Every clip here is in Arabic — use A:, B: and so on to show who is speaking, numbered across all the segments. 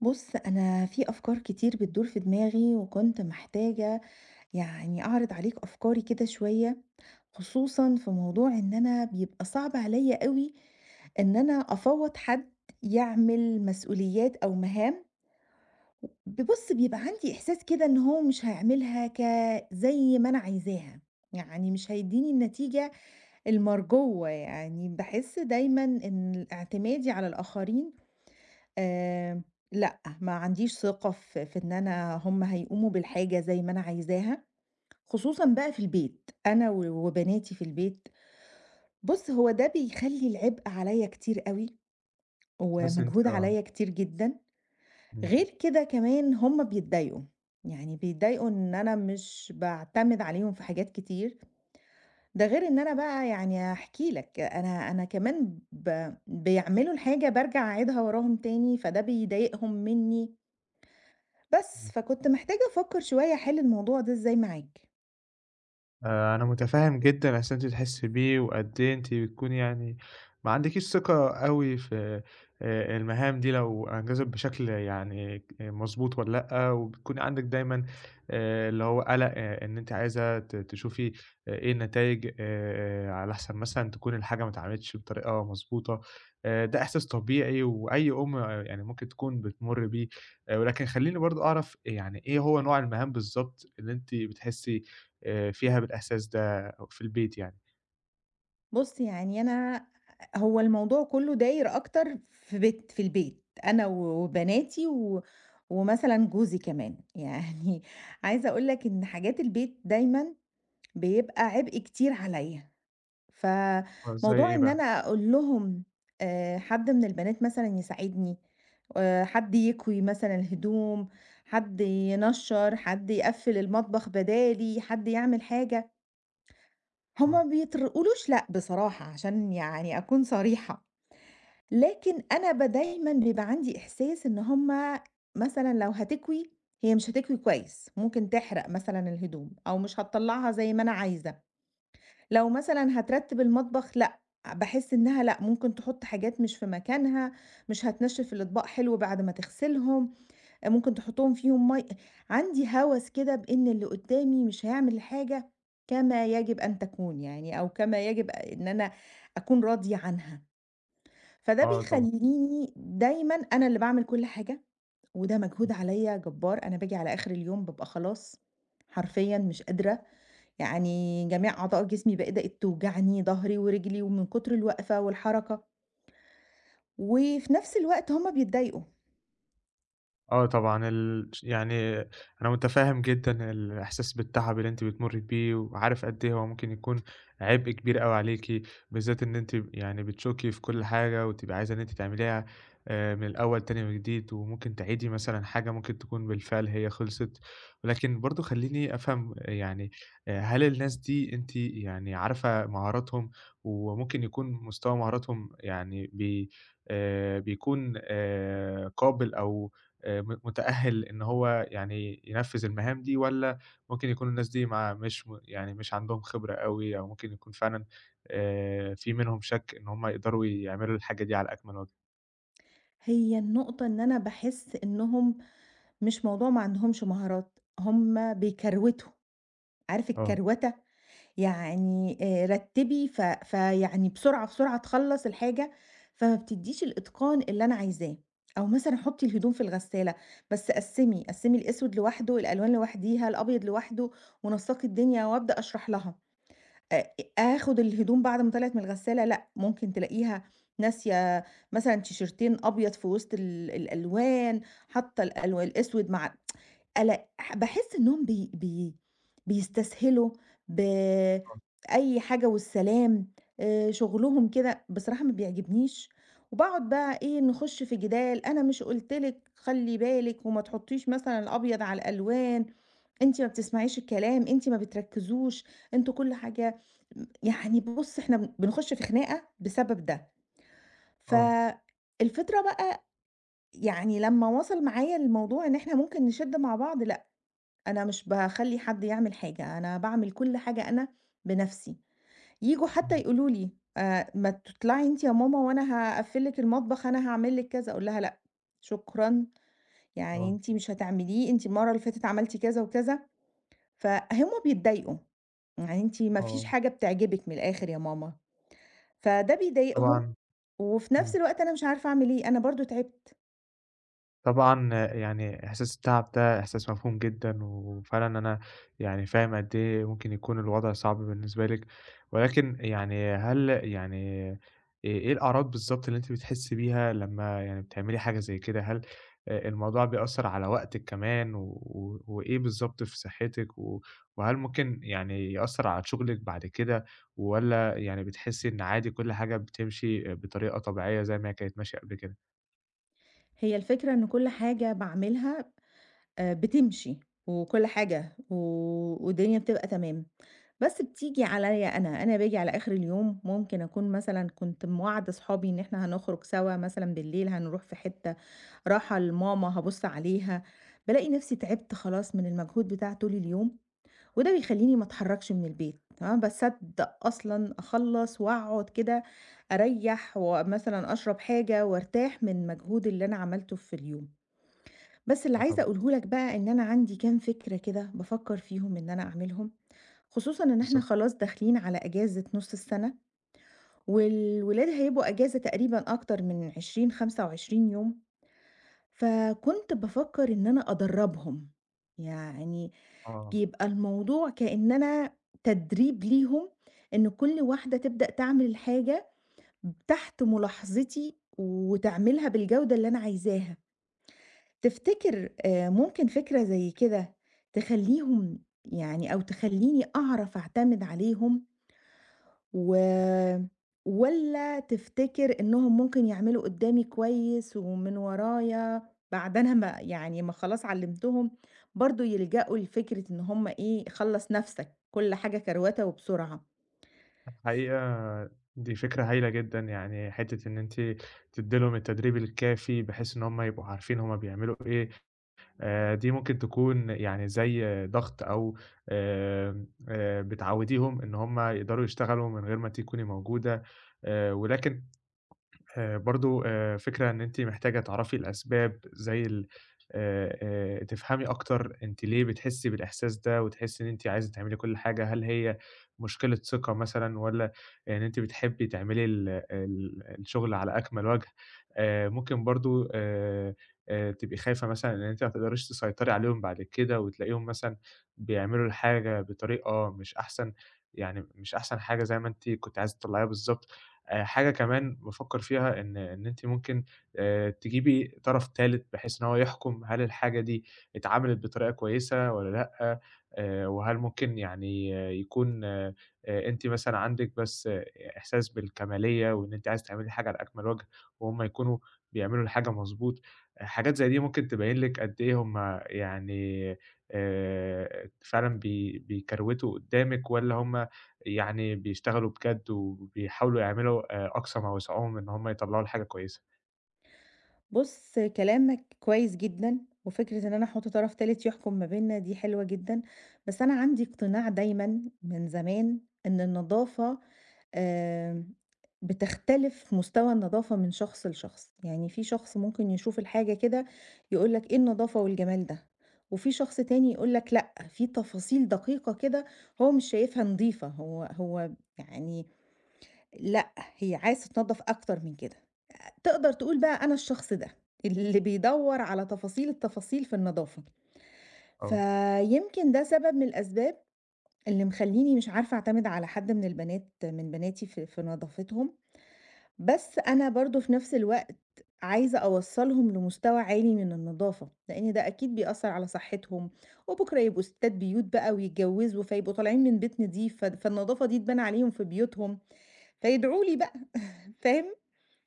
A: بُص، أنا في أفكار كتير بتدور في دماغي، وكنت محتاجة يعني أعرض عليك أفكاري كده شوية، خصوصًا في موضوع إن أنا بيبقى صعب عليّا أوي إن أنا أفوّض حد يعمل مسؤوليات أو مهام. بُص، بيبقى عندي إحساس كده إن هو مش هيعملها زي ما أنا عايزاها، يعني مش هيدّيني النتيجة المرجوة، يعني باحس دايمًا إن اعتمادي على الآخرين. آآ لأ، ما عنديش ثقة في إن أنا هُم هيقوموا بالحاجة زي ما أنا عايزاها، خصوصًا بقى في البيت، أنا وبناتي في البيت. بُص، هو ده بيخلّي العبء عليّا كتير أوي،
B: تحسّي إن أنتِ
A: ومجهود عليّا كتير جدًا،
B: إمم.
A: غير كده كمان هُم بيتضايقوا، يعني بيتضايقوا إن أنا مش باعتمد عليهم في حاجات كتير، ده غير إن أنا بقى يعني هاحكي لك، أنا كمان ب بيعملوا الحاجة بارجع أعيدها وراهم تاني، فده بيضايقهم منّي.
B: إمم.
A: بس، فكنت محتاجة أفكّر شوية أحِل الموضوع ده إزاي معاك.
B: أنا متفهم جدًا إحساس أنتِ بتحسي بيه، وقد إيه أنتِ بتكوني يعني ما عندكيش ثقة أوي في المهام دي لو أنجزت بشكل يعني ك آه، مضبوط والّا لأ، وبتكوني عندِك دايمًا اللي هو قلق، إن أنتِ عايزة تشوفي إيه النتايج، على حسب مثلًا تكون الحاجة ما اتعملتش بطريقة مضبوطة. ده إحساس طبيعي، وأي أم آه، يعني ممكن تكون بتمُر بيه. ولكن خلّيني برضه أعرف يعني إيه هو نوع المهام بالضبط اللي أنتِ بتحسي فيها بالإحساس ده أو في البيت يعني.
A: بُص، يعني أنا هو الموضوع كُلّه داير أكتر في بيت في البيت، أنا وبناتي ومثلًا جوزي كمان. يعني عايزة أقول لك إن حاجات البيت دايمًا بيبقى عبء كتير عليّا.
B: آه، زي
A: فموضوع
B: إيه
A: إن
B: بقى؟
A: أنا أقول لهم، حد من البنات مثلًا يساعدني، حد يكوي مثلًا الهدوم، حد ينشّر، حد يقفّل المطبخ بدالي، حد يعمل حاجة، هُم
B: آه.
A: ما بيطرقولوش، لأ بصراحة عشان يعني أكون صريحة. لكن أنا دايمًا بيبقى عندي إحساس إن هُم مثلًا لو هتكوي، هي مش هتكوي كويس، ممكن تحرق مثلًا الهدوم أو مش هتطلّعها زي ما أنا عايزة. لو مثلًا هترتّب المطبخ، لأ، باحس إنها لأ، ممكن تحُط حاجات مش في مكانها، مش هتنشّف الأطباق حلو بعد ما تغسلهم، ممكن تحُطّهم فيهم مَي. عندي هَوَس كده بإن اللي قُدّامي مش هيعمل الحاجة كما يجب أن تكون، يعني أو كما يجب إن أنا أكون راضية عنها، فده
B: آه طبعًا.
A: بيخلّيني دايمًا أنا اللي باعمل كل حاجة، وده مجهود عليّا جبّار. أنا باجي على آخر اليوم بابقى خلاص حرفيًا مش قادرة، يعني جميع أعضاء جسمي بقى- بدأت توجعني، ضهري ورجلي ومن كتر الوقفة والحركة، وفي نفس الوقت هُم بيتضايقوا.
B: آه طبعًا، ال ش يعني أنا مُتفهِّم جدًا الإحساس بالتعب اللي أنتِ بتمُرّي بيه، وعارف قد إيه هو ممكن يكون عبء كبير أوي عليكِ، بالذات إن أنتِ يعني بتشُكّي في كل حاجة وتبقي عايزة إن أنتِ تعمليها من الأول تاني وجديد، وممكن تعيدي مثلًا حاجة ممكن تكون بالفعل هي خلصت، ولكن برضه خلّيني أفهم يعني هل الناس دي أنتِ يعني عارفة مهاراتهم، وممكن يكون مستوى مهاراتهم يعني بي بيكون قابل أو م متأهل إن هو يعني ينفّذ المهام دي، والّا ممكن يكون الناس دي ما مش م يعني مش عندهم خبرة أوي، أو ممكن يكون فعلًا في منهم شَك إن هُم يقدروا يعملوا الحاجة دي على أكمل وجه؟
A: هي النقطة إن أنا باحس إنهم مش موضوع ما عندهمش مهارات، هُم بيكروتوا، عارف
B: آه،
A: الكروتة؟ يعني رتّبي ف فيعني بسرعة، بسرعة تخلّص الحاجة، فما بتدّيش الإتقان اللي أنا عايزاه. أو مثلًا حُطّي الهدوم في الغسالة، بس قسّمي الأسود لوحده، الألوان لوحديها، الأبيض لوحده، ونسّقي الدنيا وأبدأ أشرح لها. آآ آخُد الهدوم بعد ما طلعت من الغسالة، لأ، ممكن تلاقيها ناسية مثلًا تيشيرتين أبيض في وسط الألوان، حاطة الأسود مع ألا ح باحس إنّهم بي بي بيستسهلوا بأي حاجة والسلام. شُغلهم كده بصراحة ما بيعجبنيش، وباقعد بقى إيه، نخُش في جدال، أنا مش قُلت لِك خلّي بالِك وما تحطّيش مثلًا الأبيض على الألوان؟ أنتِ ما بتسمعيش الكلام، أنتِ ما بتركّزوش، أنتم كل حاجة م يعني. بُص، إحنا بنخش في خناقة بسبب ده،
B: آه،
A: فالفكرة بقى يعني لمّا وصل معايا الموضوع إن إحنا ممكن نشِد مع بعض، لأ، أنا مش باخلّي حد يعمل حاجة، أنا باعمل كل حاجة أنا بنَفْسي. ييجوا حتى
B: إمم،
A: يقولوا لي، "ما تطلعي أنتِ يا ماما وأنا هاقفّل لِك المطبخ، أنا هاعمل لِك كذا." أقول لها: "لأ، شكرًا، يعني
B: آه،
A: أنتِ مش هتعمليه، أنتِ المَرّة اللي فاتت عملتِ كذا وكذا." فهُم بيتضايقوا. يعني أنتِ ما فيش
B: آه،
A: حاجة بتعجبِك من الآخر يا ماما، فده بيضايقهم،
B: طبعًا.
A: وفي
B: إمم.
A: نفس الوقت أنا مش عارفة أعمل إيه، أنا برضه تعبت.
B: طبعًا، يعني إحساس التعب ده إحساس مفهوم جدًا، وفعلًا أنا يعني فاهم قد إيه ممكن يكون الوضع صعب بالنسبة لِك، ولكن يعني هل يعني إيه الأعراض بالضبط اللي أنتِ بتحسي بيها لمّا يعني بتعملي حاجة زي كده؟ هل الموضوع بيأثّر على وقتِك كمان، و و وإيه بالضبط في صحتِك، وهل ممكن يعني يأثّر على شغلِك بعد كده، والّا يعني بتحسي إن عادي كل حاجة بتمشي بطريقة طبيعية زي ما هي كانت ماشية قبل كده؟
A: هي الفكرة إن كل حاجة باعملها بتمشي، وكل حاجة والدنيا بتبقى تمام، بس بتيجي عليَّ أنا. أنا باجي على آخر اليوم ممكن أكون مثلًا كنت مواعدة صحابي إن إحنا هنخرج سوا مثلًا بالليل، هنروح في حتة، راحة لماما هابُص عليها، بالاقي نفسي تعبت خلاص من المجهود بتاع طول اليوم، وده بيخلّيني ما اتحرّكش من البيت، تمام، باصدّق أصلًا أخلّص وأقعد كده أريّح ومثلًا أشرب حاجة وارتاح من مجهود اللي أنا عملته في اليوم. بس اللي
B: آه
A: عايزة
B: طبعًا.
A: أقوله لك بقى إن أنا عندي كام فكرة كده بافكّر فيهم إن أنا أعملهم، خصوصًا إن إحنا
B: بالضبط.
A: خلاص داخلين على أجازة نُص السَنة والولاد هيبقوا أجازة تقريبًا أكتر من 20، 25 يوم، فكنت بافكّر إن أنا أدرّبهم. يعني
B: آه.
A: يبقى الموضوع كإننا تدريب ليهم إن كل واحدة تبدأ تعمل الحاجة تحت ملاحظتي وتعملها بالجودة اللي أنا عايزاها. تفتكر ممكن فكرة زي كده تخلّيهم، يعني أو تخلّيني أعرف أعتمد عليهم؟ و والّا تفتكر إنهم ممكن يعملوا قدّامي كويس ومن ورايا بعد أنا ما يعني ما خلاص علّمتهم برضه يلجأوا لفكرة إن هم إيه، خلّص نَفْسك، كل حاجة كروَتة وبسرعة؟
B: الحقيقة دي فكرة هايلة جدًا، يعني حتّة إن أنتِ تدّي لهم التدريب الكافي بحيث إن هم يبقوا عارفين هم بيعملوا إيه. دي ممكن تكون يعني زي ضغط أو آمم بتعوّديهم إن هم يقدروا يشتغلوا من غير ما أنتِ تكوني موجودة، ولكن برضه فكرة إن أنتِ محتاجة تعرفي الأسباب زي ال تفهمي أكتر أنتِ ليه بتحسّي بالإحساس ده وتحسّي إن أنتِ عايزة تعملي كل حاجة، هل هي مشكلة ثقة مثلًا والّا إن أنتِ بتحبّي تعملي ال ال الشغل على أكمل وجه؟ ممكن برضه تبقي خايفة مثلًا إن أنتِ ما تقدريش تسيطري عليهم بعد كده وتلاقيهم مثلًا بيعملوا الحاجة بطريقة مش أحسن، يعني مش أحسن حاجة زي ما أنتِ كنتِ عايزة تطلّعيها بالضبط. حاجة كمان بافكّر فيها إن أنتِ ممكن تجيبي طرف تالت بحيث إن هو يحكُم هل الحاجة دي اتعملت بطريقة كويسة والّا لأ. وهل ممكن يعني يكون أنتِ مثلًا عندِك بس إحساس بالكمالية وإن أنتِ عايزة تعملي الحاجة على أكمل وَجه وهُم يكونوا بيعملوا الحاجة مضبوط. حاجات زي دي ممكن تبيّن لِك قد إيه هُم يعني فعلًا بيكروِتوا قُدّامِك والّا هُم يعني بيشتغلوا بجد وبيحاولوا يعملوا أقصى ما وسعهم إن هم يطلّعوا الحاجة كويسة.
A: بُص، كلامك كويس جدًا، وفكرة إن أنا أحُط طرف تالت يحكم ما بيننا دي حلوة جدًا، بس أنا عندي اقتناع دايمًا من زمان إن النضافة، آمم، بتختلف مستوى النضافة من شخص لشخص، يعني في شخص ممكن يشوف الحاجة كده يقول لك إيه النضافة والجمال ده، وفي شخص تاني يقول لك لأ، في تفاصيل دقيقة كده هو مش شايفها نضيفة، هو يعني لأ، هي عايزة تتنضف أكتر من كده. تقدر تقول بقى أنا الشخص ده، اللي بيدوّر على تفاصيل التفاصيل في النضافة،
B: آه.
A: فيمكن ده سبب من الأسباب اللي مخلّيني مش عارفة أعتمد على حد من البنات من بناتي في نضافتهم، بس أنا برضه في نفس الوقت عايزة أوصّلهم لمستوى عالي من النضافة، لإن ده أكيد بيأثّر على صحّتهم، وبكرة يبقوا ستات بيوت بقى ويتجوّزوا، فيبقوا طالعين من بيت نضيف، فالنضافة دي تبان عليهم في بيوتهم، فيدعوا لي بقى. فاهم؟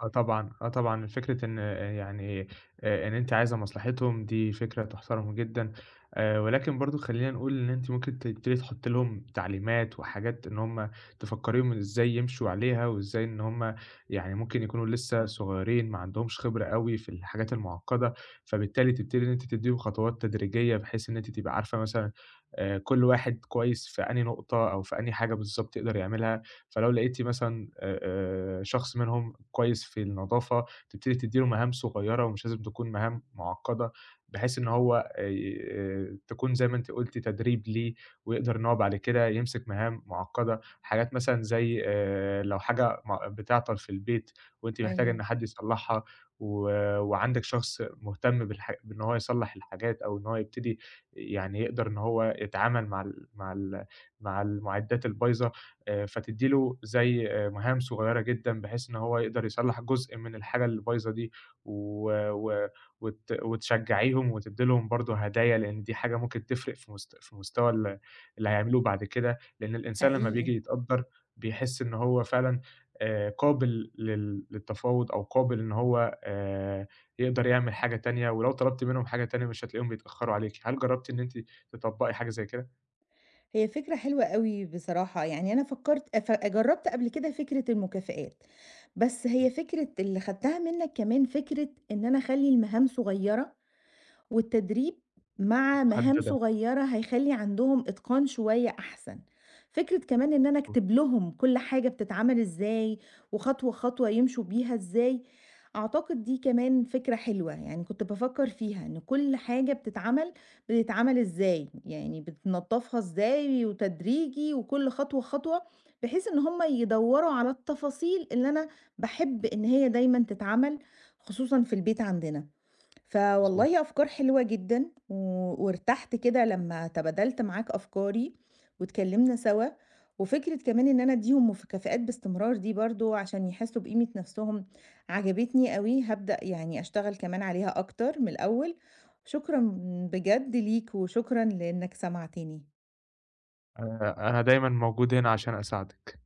B: آه طبعًا، آه طبعًا، فكرة إن يعني إن أنتِ عايزة مصلحتهم دي فكرة تُحترم جدًا. ولكن برضه خلّينا نقول إن أنتِ ممكن تبتدي تحُطّي لهم تعليمات وحاجات إن هم تفكّريهم إزاي يمشوا عليها وإزاي إن هم يعني ممكن يكونوا لسه صغيّرين ما عندهمش خبرة أوي في الحاجات المُعقّدة، فبالتالي تبتدي إن أنتِ تدّيهم خطوات تدريجية بحيث إن أنتِ تبقى عارفة مثلًا كل واحد كويس في أنهي نقطة أو في أنهي حاجة بالضبط يقدر يعملها. فلو لقيتِ مثلًا شخص منهم كويس في النضافة، تبتدي تدّي له مهام صغيرة ومش لازم تكون مهام معقدة، بحيث إن هو تكون زي ما أنتِ قُلتِ تدريب ليه، ويقدر إن هو بعد كده يمسك مهام معقدة. حاجات مثلًا زي لو حاجة بتعطل في البيت وأنتِ محتاجة
A: أيوه،
B: إن حد يصلحها، و وعندِك شخص مهتم بإن هو يصلح الحاجات أو إن هو يبتدي يعني يقدر إن هو يتعامل مع المعدات البايظة. فتدّي له زي مهام صغيّرة جدًا، بحيث إن هو يقدر يصلّح جزء من الحاجة اللي بايظة دي، و و وت وتشجّعيهم وتدّي لهم برضه هدايا، لإن دي حاجة ممكن تفرق في مستوى اللي هيعملوه بعد كده، لإن الإنسان لمّا
A: حقيقي.
B: بييجي يتقدّر بيحس إن هو فعلًا قابل للتفاوض أو قابل إن هو يقدر يعمل حاجة تانية، ولو طلبتِ منهم حاجة تانية مش هتلاقيهم بيتأخّروا عليكِ. هل جرّبتِ إن أنتِ تطبّقي حاجة زي كده؟
A: هي فكرة حلوة أوي بصراحة، يعني أنا فكّرت ف جرّبت قبل كده فكرة المكافآت، بس هي فكرة اللي خدتها منّك كمان فكرة إن أنا أخلّي المهام صغيّرة، والتدريب مع مهام
B: محددة.
A: صغيرة هيخلّي عندهم إتقان شوية أحسن. فكرة كمان إن أنا
B: مضبوط.
A: أكتب لهم كل حاجة بتتعمل إزاي، وخطوة خطوة يمشوا بيها إزاي، أعتقد دي كمان فكرة حلوة، يعني كنت بافكّر فيها إن كل حاجة بتتعمل إزاي، يعني بتنضّفها إزاي وتدريجي وكل خطوة خطوة، بحيث إن هم يدوّروا على التفاصيل اللي أنا باحب إن هي دايمًا تتعمل، خصوصًا في البيت عندنا.
B: مضبوط.
A: فوالله أفكار حلوة جدًا، و وارتحت كده لمّا تبادلت معاك أفكاري، واتكلمنا سوا، وفكرة كمان إن أنا أديهم مكافآت باستمرار دي برضه عشان يحسوا بقيمة نفسهم عجبتني أوي، هابدأ يعني أشتغل كمان عليها أكتر من الأول. شكرًا بجد ليك، وشكرًا لإنك سمعتني.
B: أنا دايمًا موجود هنا عشان أساعدِك.